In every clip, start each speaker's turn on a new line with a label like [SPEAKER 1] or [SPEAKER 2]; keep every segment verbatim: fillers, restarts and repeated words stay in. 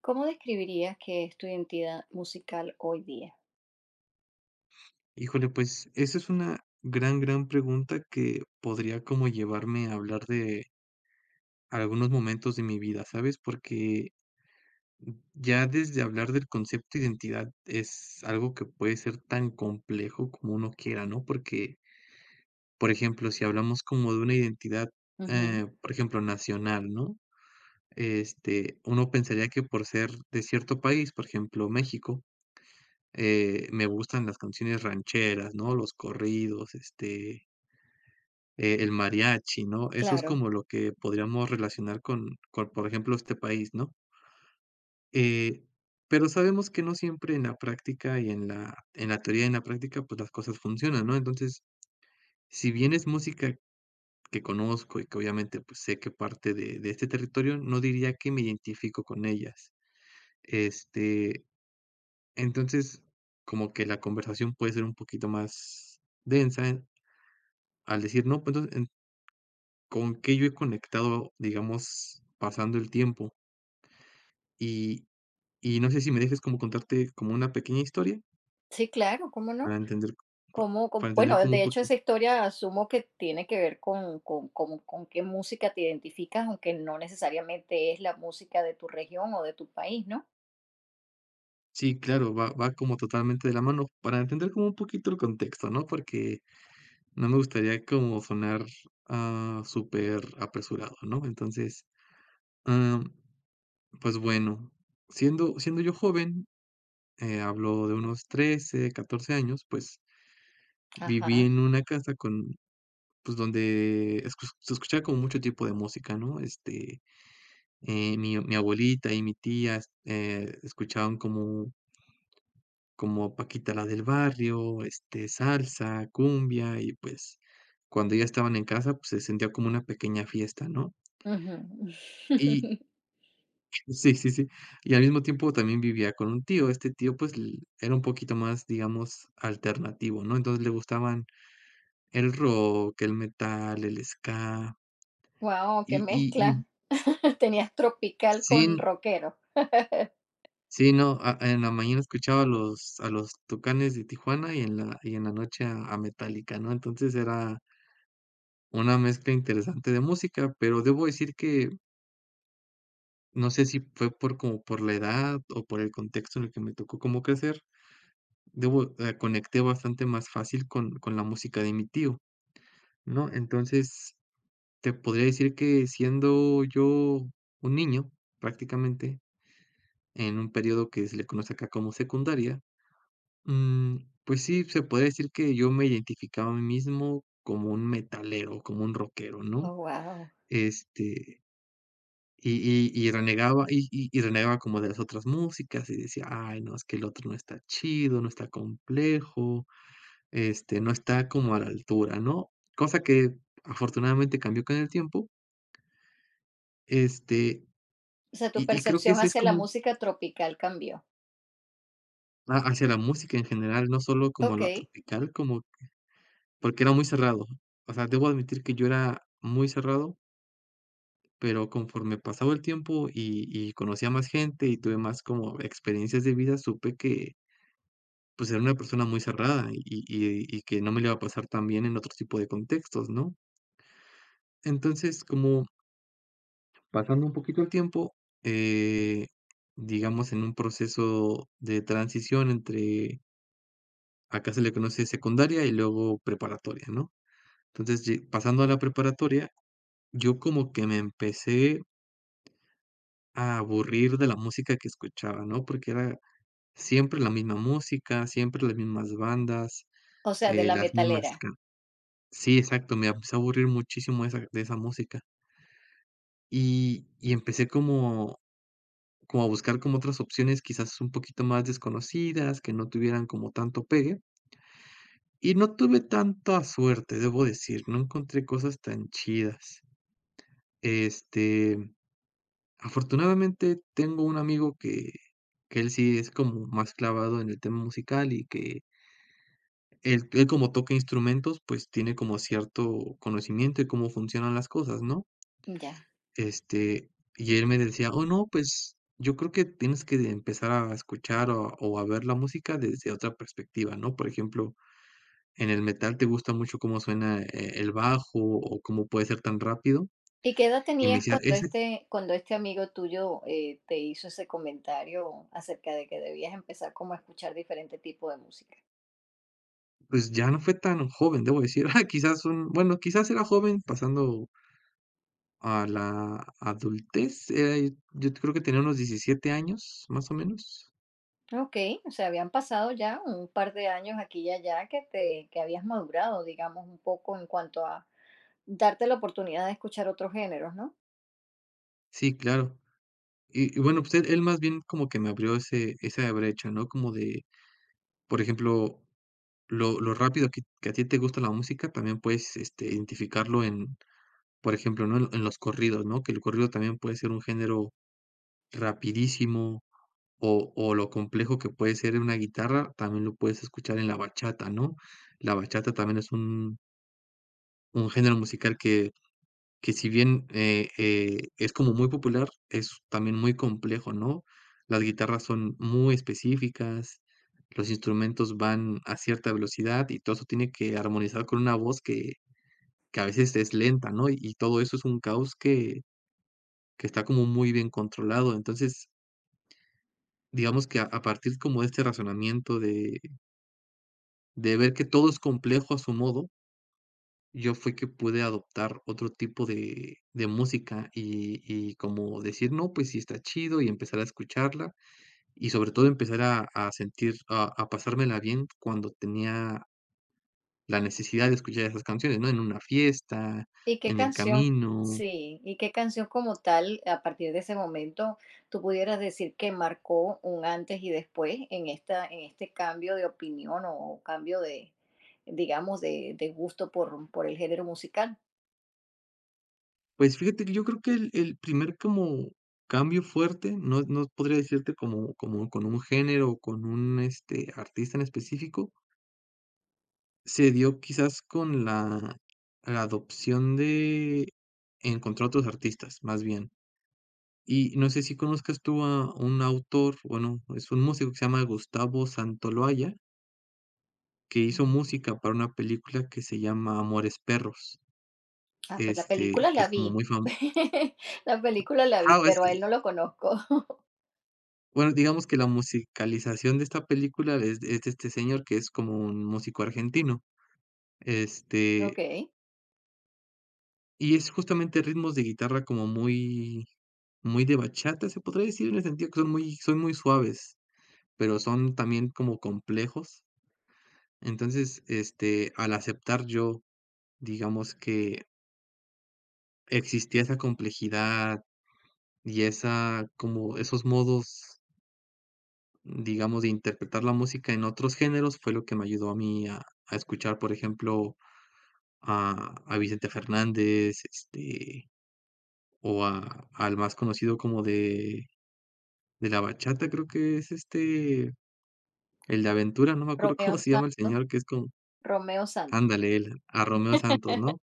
[SPEAKER 1] ¿Cómo describirías que es tu identidad musical hoy día?
[SPEAKER 2] Híjole, pues esa es una gran, gran pregunta que podría como llevarme a hablar de algunos momentos de mi vida, ¿sabes? Porque ya desde hablar del concepto de identidad es algo que puede ser tan complejo como uno quiera, ¿no? Porque, por ejemplo, si hablamos como de una identidad,
[SPEAKER 1] Ujú.
[SPEAKER 2] eh, por ejemplo, nacional, ¿no? Este, uno pensaría que por ser de cierto país, por ejemplo, México, eh, me gustan las canciones rancheras, ¿no? Los corridos, este. Eh, el mariachi, ¿no? Eso es
[SPEAKER 1] Claro,
[SPEAKER 2] como lo que podríamos relacionar con con, por ejemplo, este país, ¿no? Eh, pero sabemos que no siempre en la práctica y en la en la teoría y en la práctica, pues, las cosas funcionan, ¿no? Entonces, si bien es música que conozco y que obviamente, pues, sé que parte de de este territorio, no diría que me identifico con ellas. Este, entonces, como que la conversación puede ser un poquito más densa en- al decir: "No, pues, entonces con qué yo he conectado, digamos, pasando el tiempo." Y y no sé si me dejes como contarte como una pequeña historia
[SPEAKER 1] sí, claro, ¿cómo no?
[SPEAKER 2] para entender pa
[SPEAKER 1] ¿Cómo, cómo?
[SPEAKER 2] para entender
[SPEAKER 1] Bueno,
[SPEAKER 2] como
[SPEAKER 1] de
[SPEAKER 2] un
[SPEAKER 1] hecho
[SPEAKER 2] poquito
[SPEAKER 1] esa historia asumo que tiene que ver con, con, con, con qué música te identificas, aunque no necesariamente es la música de tu región o de tu país, ¿no?
[SPEAKER 2] sí, claro, va va como totalmente de la mano, para entender como un poquito el contexto, ¿no? Porque no me gustaría como sonar, ah, súper apresurado, ¿no? Entonces, am, pues bueno, siendo siendo yo joven, eh, hablo de unos trece catorce años, pues viví
[SPEAKER 1] Ajá.
[SPEAKER 2] en una casa con pues, donde escu se escuchaba como mucho tipo de música, ¿no? Este, eh, mi mi abuelita y mi tía, eh, escuchaban como como Paquita la del Barrio, este, salsa, cumbia, y pues, cuando ya estaban en casa, pues, se sentía como una pequeña fiesta, ¿no? Y sí, sí, sí. Y al mismo tiempo también vivía con un tío. Este tío, pues, l era un poquito más, digamos, alternativo, ¿no? Entonces, le gustaban el rock, el metal, el ska,
[SPEAKER 1] Wow, qué
[SPEAKER 2] y y y
[SPEAKER 1] mezcla. Tenías tropical
[SPEAKER 2] sí.
[SPEAKER 1] con rockero.
[SPEAKER 2] Sí, no, a en la mañana escuchaba a los a los Tucanes de Tijuana y en la y en la noche a a Metallica, ¿no? Entonces era una mezcla interesante de música, pero debo decir que no sé si fue por como por la edad o por el contexto en el que me tocó como crecer, debo eh, conecté bastante más fácil con con la música de mi tío, ¿no? Entonces, te podría decir que siendo yo un niño, prácticamente, en un periodo que se le conoce acá como secundaria. Mm, pues sí, se puede decir que yo me identificaba a mí mismo como un metalero, como un rockero, ¿no?
[SPEAKER 1] Oh, wow.
[SPEAKER 2] Este, y, y, y renegaba, y, y, y renegaba como de las otras músicas, y decía, ay, no, es que el otro no está chido, no está complejo, este, no está como a la altura, ¿no? Cosa que afortunadamente cambió con el tiempo, este,
[SPEAKER 1] O sea, tu
[SPEAKER 2] y, y creo que
[SPEAKER 1] percepción
[SPEAKER 2] ese es
[SPEAKER 1] hacia la
[SPEAKER 2] como
[SPEAKER 1] música tropical cambió.
[SPEAKER 2] a- hacia la música en general, no solo como a
[SPEAKER 1] Ok,
[SPEAKER 2] la tropical, como porque era muy cerrado. O sea, debo admitir que yo era muy cerrado, pero conforme pasaba el tiempo y y conocía más gente y tuve más como experiencias de vida, supe que, pues, era una persona muy cerrada y y y que no me le iba a pasar tan bien en otro tipo de contextos, ¿no? Entonces, como pasando un poquito el tiempo, eh, digamos, en un proceso de transición entre acá se le conoce secundaria y luego preparatoria, ¿no? Entonces, ye pasando a la preparatoria, yo como que me empecé a aburrir de la música que escuchaba, ¿no? Porque era siempre la misma música, siempre las mismas bandas,
[SPEAKER 1] o sea, de
[SPEAKER 2] eh,
[SPEAKER 1] la
[SPEAKER 2] las mismas
[SPEAKER 1] metalera.
[SPEAKER 2] can sí, exacto, me empezó a aburrir muchísimo de esa de esa música. Y y empecé como como a buscar como otras opciones, quizás un poquito más desconocidas, que no tuvieran como tanto pegue, y no tuve tanta suerte, debo decir, no encontré cosas tan chidas. Este, afortunadamente, tengo un amigo que que él sí es como más clavado en el tema musical y que él él como toca instrumentos, pues, tiene como cierto conocimiento de cómo funcionan las cosas, ¿no?
[SPEAKER 1] Ya.
[SPEAKER 2] Este, y él me decía: "Oh, no, pues, yo creo que tienes que empezar a escuchar o a o a ver la música desde otra perspectiva", ¿no? Por ejemplo, en el metal te gusta mucho cómo suena, eh, el bajo o cómo puede ser tan rápido,
[SPEAKER 1] ¿Y qué edad
[SPEAKER 2] y me
[SPEAKER 1] tenías
[SPEAKER 2] decía:
[SPEAKER 1] cuando
[SPEAKER 2] "Ese..."
[SPEAKER 1] este, cuando este amigo tuyo eh, te hizo ese comentario acerca de que debías empezar como a escuchar diferente tipo de música?
[SPEAKER 2] Pues ya no fue tan joven, debo decir. Quizás un bueno, quizás era joven pasando a la adultez, eh, yo yo creo que tenía unos diecisiete años, más o menos.
[SPEAKER 1] Ok, o sea, habían pasado ya un par de años aquí y allá que te, que habías madurado, digamos, un poco en cuanto a darte la oportunidad de escuchar otros géneros, ¿no?
[SPEAKER 2] Sí, claro. Y y bueno, pues él él más bien como que me abrió ese esa brecha, ¿no? Como de, por ejemplo, lo lo rápido que que a ti te gusta la música, también puedes, este, identificarlo en, por ejemplo, ¿no? En en los corridos, ¿no? Que el corrido también puede ser un género rapidísimo. O, o lo complejo que puede ser una guitarra, también lo puedes escuchar en la bachata, ¿no? La bachata también es un, un género musical que, que si bien eh, eh, es como muy popular, es también muy complejo, ¿no? Las guitarras son muy específicas, los instrumentos van a cierta velocidad y todo eso tiene que armonizar con una voz que, que a veces es lenta, ¿no? Y, y todo eso es un caos que, que está como muy bien controlado. Entonces, digamos que a, a partir como de este razonamiento de de ver que todo es complejo a su modo, yo fue que pude adoptar otro tipo de de música y y como decir: "No, pues sí está chido", y empezar a escucharla, y sobre todo empezar a a sentir, a a pasármela bien cuando tenía la necesidad de escuchar esas canciones, ¿no? En una fiesta,
[SPEAKER 1] ¿Y qué
[SPEAKER 2] en el
[SPEAKER 1] canción?
[SPEAKER 2] camino.
[SPEAKER 1] Sí, ¿y qué canción como tal, a partir de ese momento, tú pudieras decir que marcó un antes y después en esta, en este cambio de opinión o cambio de, digamos, de, de gusto por, por el género musical?
[SPEAKER 2] Pues fíjate que yo creo que el el primer como cambio fuerte, no no podría decirte como como con un género o con un, este, artista en específico. Se dio quizás con la la adopción de encontrar otros artistas, más bien. Y no sé si conozcas tú a un autor, bueno, es un músico que se llama Gustavo Santoloaya, que hizo
[SPEAKER 1] Mm.
[SPEAKER 2] música para una película que se llama Amores Perros,
[SPEAKER 1] Ah, pues la
[SPEAKER 2] este,
[SPEAKER 1] película
[SPEAKER 2] que
[SPEAKER 1] la
[SPEAKER 2] es como
[SPEAKER 1] vi.
[SPEAKER 2] muy fam
[SPEAKER 1] La película la vi,
[SPEAKER 2] ah,
[SPEAKER 1] pero a él no lo conozco.
[SPEAKER 2] bueno, digamos que la musicalización de esta película es es de este señor que es como un músico argentino, este,
[SPEAKER 1] Ok.
[SPEAKER 2] y es justamente ritmos de guitarra como muy muy de bachata, se podría decir, en el sentido que son muy son muy suaves, pero son también como complejos. Entonces, este, al aceptar yo, digamos que existía esa complejidad y esa como esos modos, digamos, de interpretar la música en otros géneros, fue lo que me ayudó a mí a a escuchar, por ejemplo, a a Vicente Fernández, este, o a al más conocido como de De la bachata creo que es, este, el de Aventura, no me acuerdo
[SPEAKER 1] Romeo
[SPEAKER 2] cómo se llama el
[SPEAKER 1] Santos.
[SPEAKER 2] señor, que es con...
[SPEAKER 1] Romeo Santos.
[SPEAKER 2] Ándale, él, a Romeo Santos, ¿no?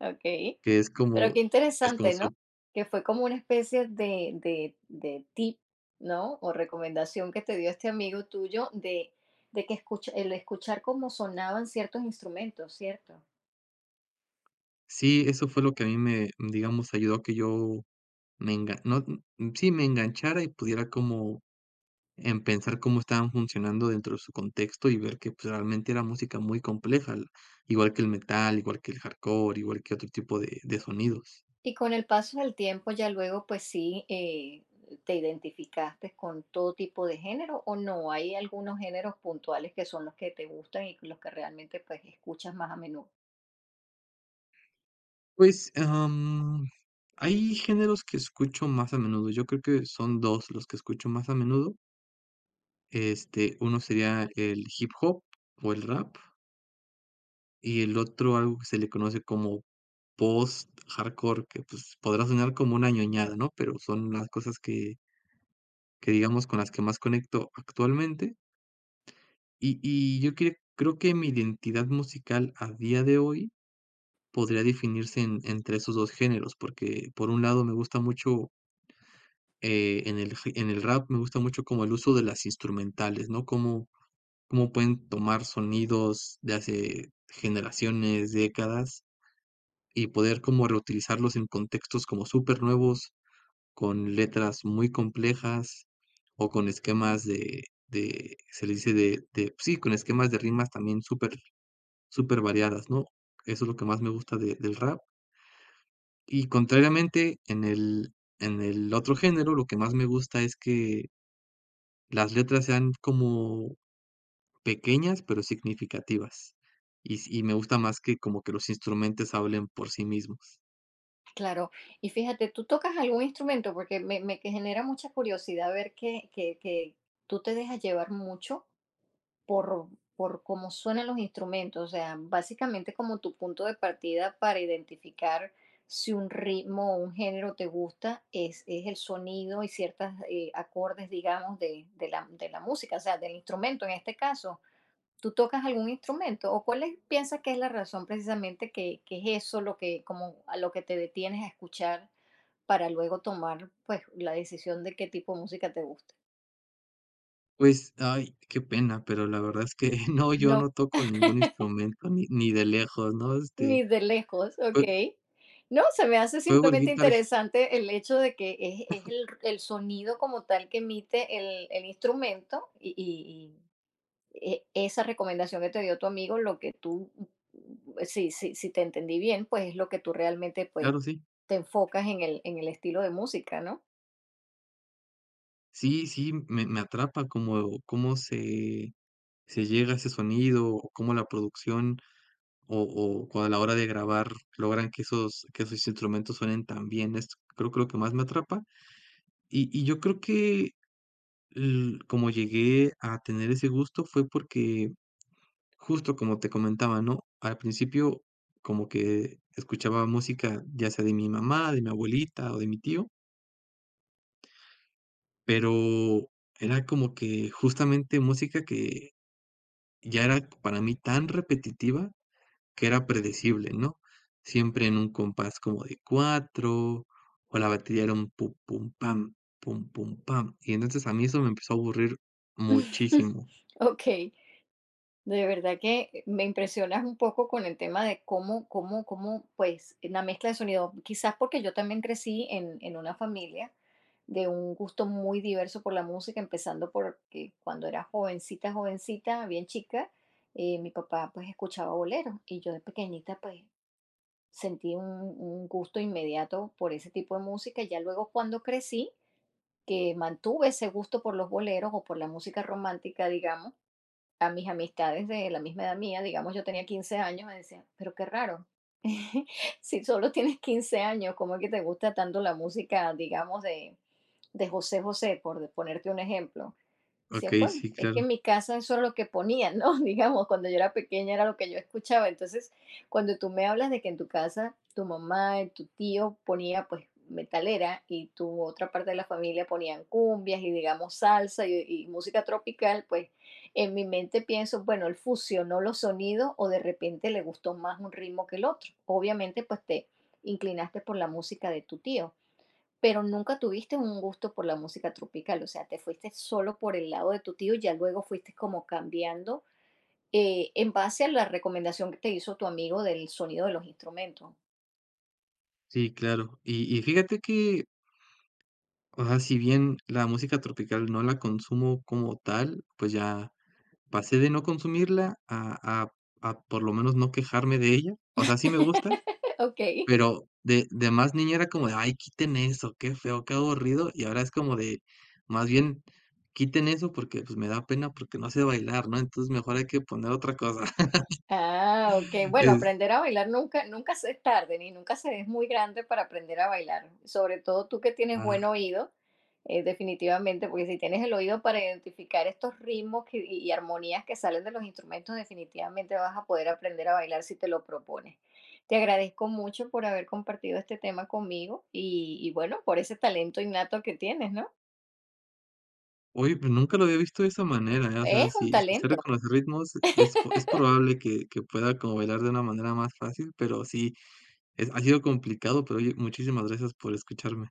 [SPEAKER 1] Ok.
[SPEAKER 2] Que es
[SPEAKER 1] Pero
[SPEAKER 2] como
[SPEAKER 1] qué
[SPEAKER 2] que es como
[SPEAKER 1] interesante, ¿no?
[SPEAKER 2] su
[SPEAKER 1] Que fue como una especie de, de, de tip, ¿no? O recomendación que te dio este amigo tuyo de, de que escucha, el escuchar cómo sonaban ciertos instrumentos, ¿cierto?
[SPEAKER 2] Sí, eso fue lo que a mí me, digamos, ayudó a que yo me engan no, mm, sí, me enganchara y pudiera como en pensar cómo estaban funcionando dentro de su contexto y ver que, pues, realmente era música muy compleja, l igual que el metal, igual que el hardcore, igual que otro tipo de de sonidos.
[SPEAKER 1] Y con el paso del tiempo ya luego, pues sí, eh, te identificaste con todo tipo de género o no, hay algunos géneros puntuales que son los que te gustan y los que realmente pues escuchas más a menudo.
[SPEAKER 2] Pues, am, hay géneros que escucho más a menudo. Yo creo que son dos los que escucho más a menudo. Este, uno sería el hip hop o el rap, y el otro algo que se le conoce como post-hardcore, que, pues, podrá sonar como una ñoñada, ¿no? Pero son las cosas que que digamos con las que más conecto actualmente. Y y yo cre creo que mi identidad musical a día de hoy podría definirse en entre esos dos géneros, porque por un lado me gusta mucho eh, en el, ri- en el rap me gusta mucho como el uso de las instrumentales, ¿no? Cómo, cómo pueden tomar sonidos de hace generaciones, décadas, y poder como reutilizarlos en contextos como súper nuevos, con letras muy complejas o con esquemas de, de se le dice de, de, pues sí, con esquemas de rimas también súper, súper variadas, ¿no? Eso es lo que más me gusta de- del rap. Y contrariamente, en el, en el otro género, lo que más me gusta es que las letras sean como pequeñas, pero significativas. Y s y me gusta más que como que los instrumentos hablen por sí mismos.
[SPEAKER 1] Claro. Y fíjate, ¿tú tocas algún instrumento? Porque me, me que genera mucha curiosidad ver que, que, que tú te dejas llevar mucho por, por cómo suenan los instrumentos, o sea, básicamente como tu punto de partida para identificar si un ritmo o un género te gusta es, es el sonido y ciertos acordes, digamos, de, de la, de la música, o sea, del instrumento en este caso. ¿Tú tocas algún instrumento? ¿O cuál es- piensas que es la razón precisamente que, que es eso lo que, como a lo que te detienes a escuchar para luego tomar pues la decisión de qué tipo de música te gusta?
[SPEAKER 2] Pues, ay, qué pena, pero la verdad es que no, yo
[SPEAKER 1] No,
[SPEAKER 2] no toco ningún instrumento, ni ni de lejos, ¿no? Este,
[SPEAKER 1] ni de lejos,
[SPEAKER 2] jue
[SPEAKER 1] ok. No, se me hace
[SPEAKER 2] juego el
[SPEAKER 1] simplemente
[SPEAKER 2] Guitar Hero.
[SPEAKER 1] interesante el hecho de que es, es el, el sonido como tal que emite el, el instrumento y, y- y e- esa recomendación que te dio tu amigo, lo que tú, si, si, si te entendí bien, pues es lo que tú realmente pues
[SPEAKER 2] Claro, sí.
[SPEAKER 1] te enfocas en el, en el estilo de música, ¿no?
[SPEAKER 2] Sí, sí, me me atrapa como cómo se se llega a ese sonido, o cómo la producción, o o cua a la hora de grabar logran que esos que esos instrumentos suenen tan bien. Es Creo que lo que más me atrapa, Y y yo creo que l como llegué a tener ese gusto fue porque, justo como te comentaba, ¿no? Al principio como que escuchaba música, ya sea de mi mamá, de mi abuelita o de mi tío, pero era como que justamente música que ya era para mí tan repetitiva que era predecible, ¿no? Siempre en un compás como de cuatro o la batería era un pum, pum, pam, pum, pum, pam. Y entonces a mí eso me empezó a aburrir muchísimo.
[SPEAKER 1] Ok, de verdad que eh, me impresionas un poco con el tema de cómo, cómo, cómo, pues, la mezcla de sonido. Quizás porque yo también crecí en, en una familia de un gusto muy diverso por la música, empezando porque cuando era jovencita, jovencita, bien chica, eh, mi papá pues escuchaba boleros y yo de pequeñita pues sentí un, un gusto inmediato por ese tipo de música. Ya luego cuando crecí, que mantuve ese gusto por los boleros o por la música romántica, digamos, a mis amistades de la misma edad mía, digamos, yo tenía quince años, me decían, pero qué raro, si solo tienes quince años, ¿cómo es que te gusta tanto la música, digamos, de, de José José, por de- ponerte un ejemplo? Decía,
[SPEAKER 2] Okey,
[SPEAKER 1] bueno,
[SPEAKER 2] sí,
[SPEAKER 1] es que en
[SPEAKER 2] claro.
[SPEAKER 1] mi casa eso es lo que ponían, ¿no? Digamos, cuando yo era pequeña era lo que yo escuchaba. Entonces, cuando tú me hablas de que en tu casa tu mamá y tu tío ponía pues metalera y tu otra parte de la familia ponían cumbias y digamos salsa y, y música tropical, pues en mi mente pienso, bueno, él fusionó los sonidos o de repente le gustó más un ritmo que el otro. Obviamente, pues te inclinaste por la música de tu tío. Pero nunca tuviste un gusto por la música tropical, o sea, te fuiste solo por el lado de tu tío y ya luego fuiste como cambiando eh, en base a la recomendación que te hizo tu amigo del sonido de los instrumentos.
[SPEAKER 2] Sí, claro. Y y fíjate que, o sea, si bien la música tropical no la consumo como tal, pues ya pasé de no consumirla a a a por lo menos no quejarme de ella. O sea, sí me gusta,
[SPEAKER 1] Ok.
[SPEAKER 2] pero de de más niña era como de: "Ay, quiten eso, qué feo, qué aburrido", y ahora es como de, más bien, quiten eso porque, pues, me da pena porque no sé bailar, ¿no? Entonces mejor hay que poner otra cosa.
[SPEAKER 1] Ah, ok. Bueno,
[SPEAKER 2] Es
[SPEAKER 1] aprender a bailar nunca, nunca se es tarde, ni nunca se es muy grande para aprender a bailar. Sobre todo tú que tienes buen
[SPEAKER 2] ah,
[SPEAKER 1] oído, eh, definitivamente, porque si tienes el oído para identificar estos ritmos que- y, y armonías que salen de los instrumentos, definitivamente vas a poder aprender a bailar si te lo propones. Te agradezco mucho por haber compartido este tema conmigo y, y bueno, por ese talento innato que tienes, ¿no?
[SPEAKER 2] Oye, pues nunca lo había visto de esa manera, ¿eh? O sea,
[SPEAKER 1] Es un
[SPEAKER 2] si, si sé
[SPEAKER 1] talento.
[SPEAKER 2] reconocer ritmos, es, po- es probable que, que pueda como bailar de una manera más fácil, pero sí, es, ha sido complicado, pero oye, muchísimas gracias por escucharme.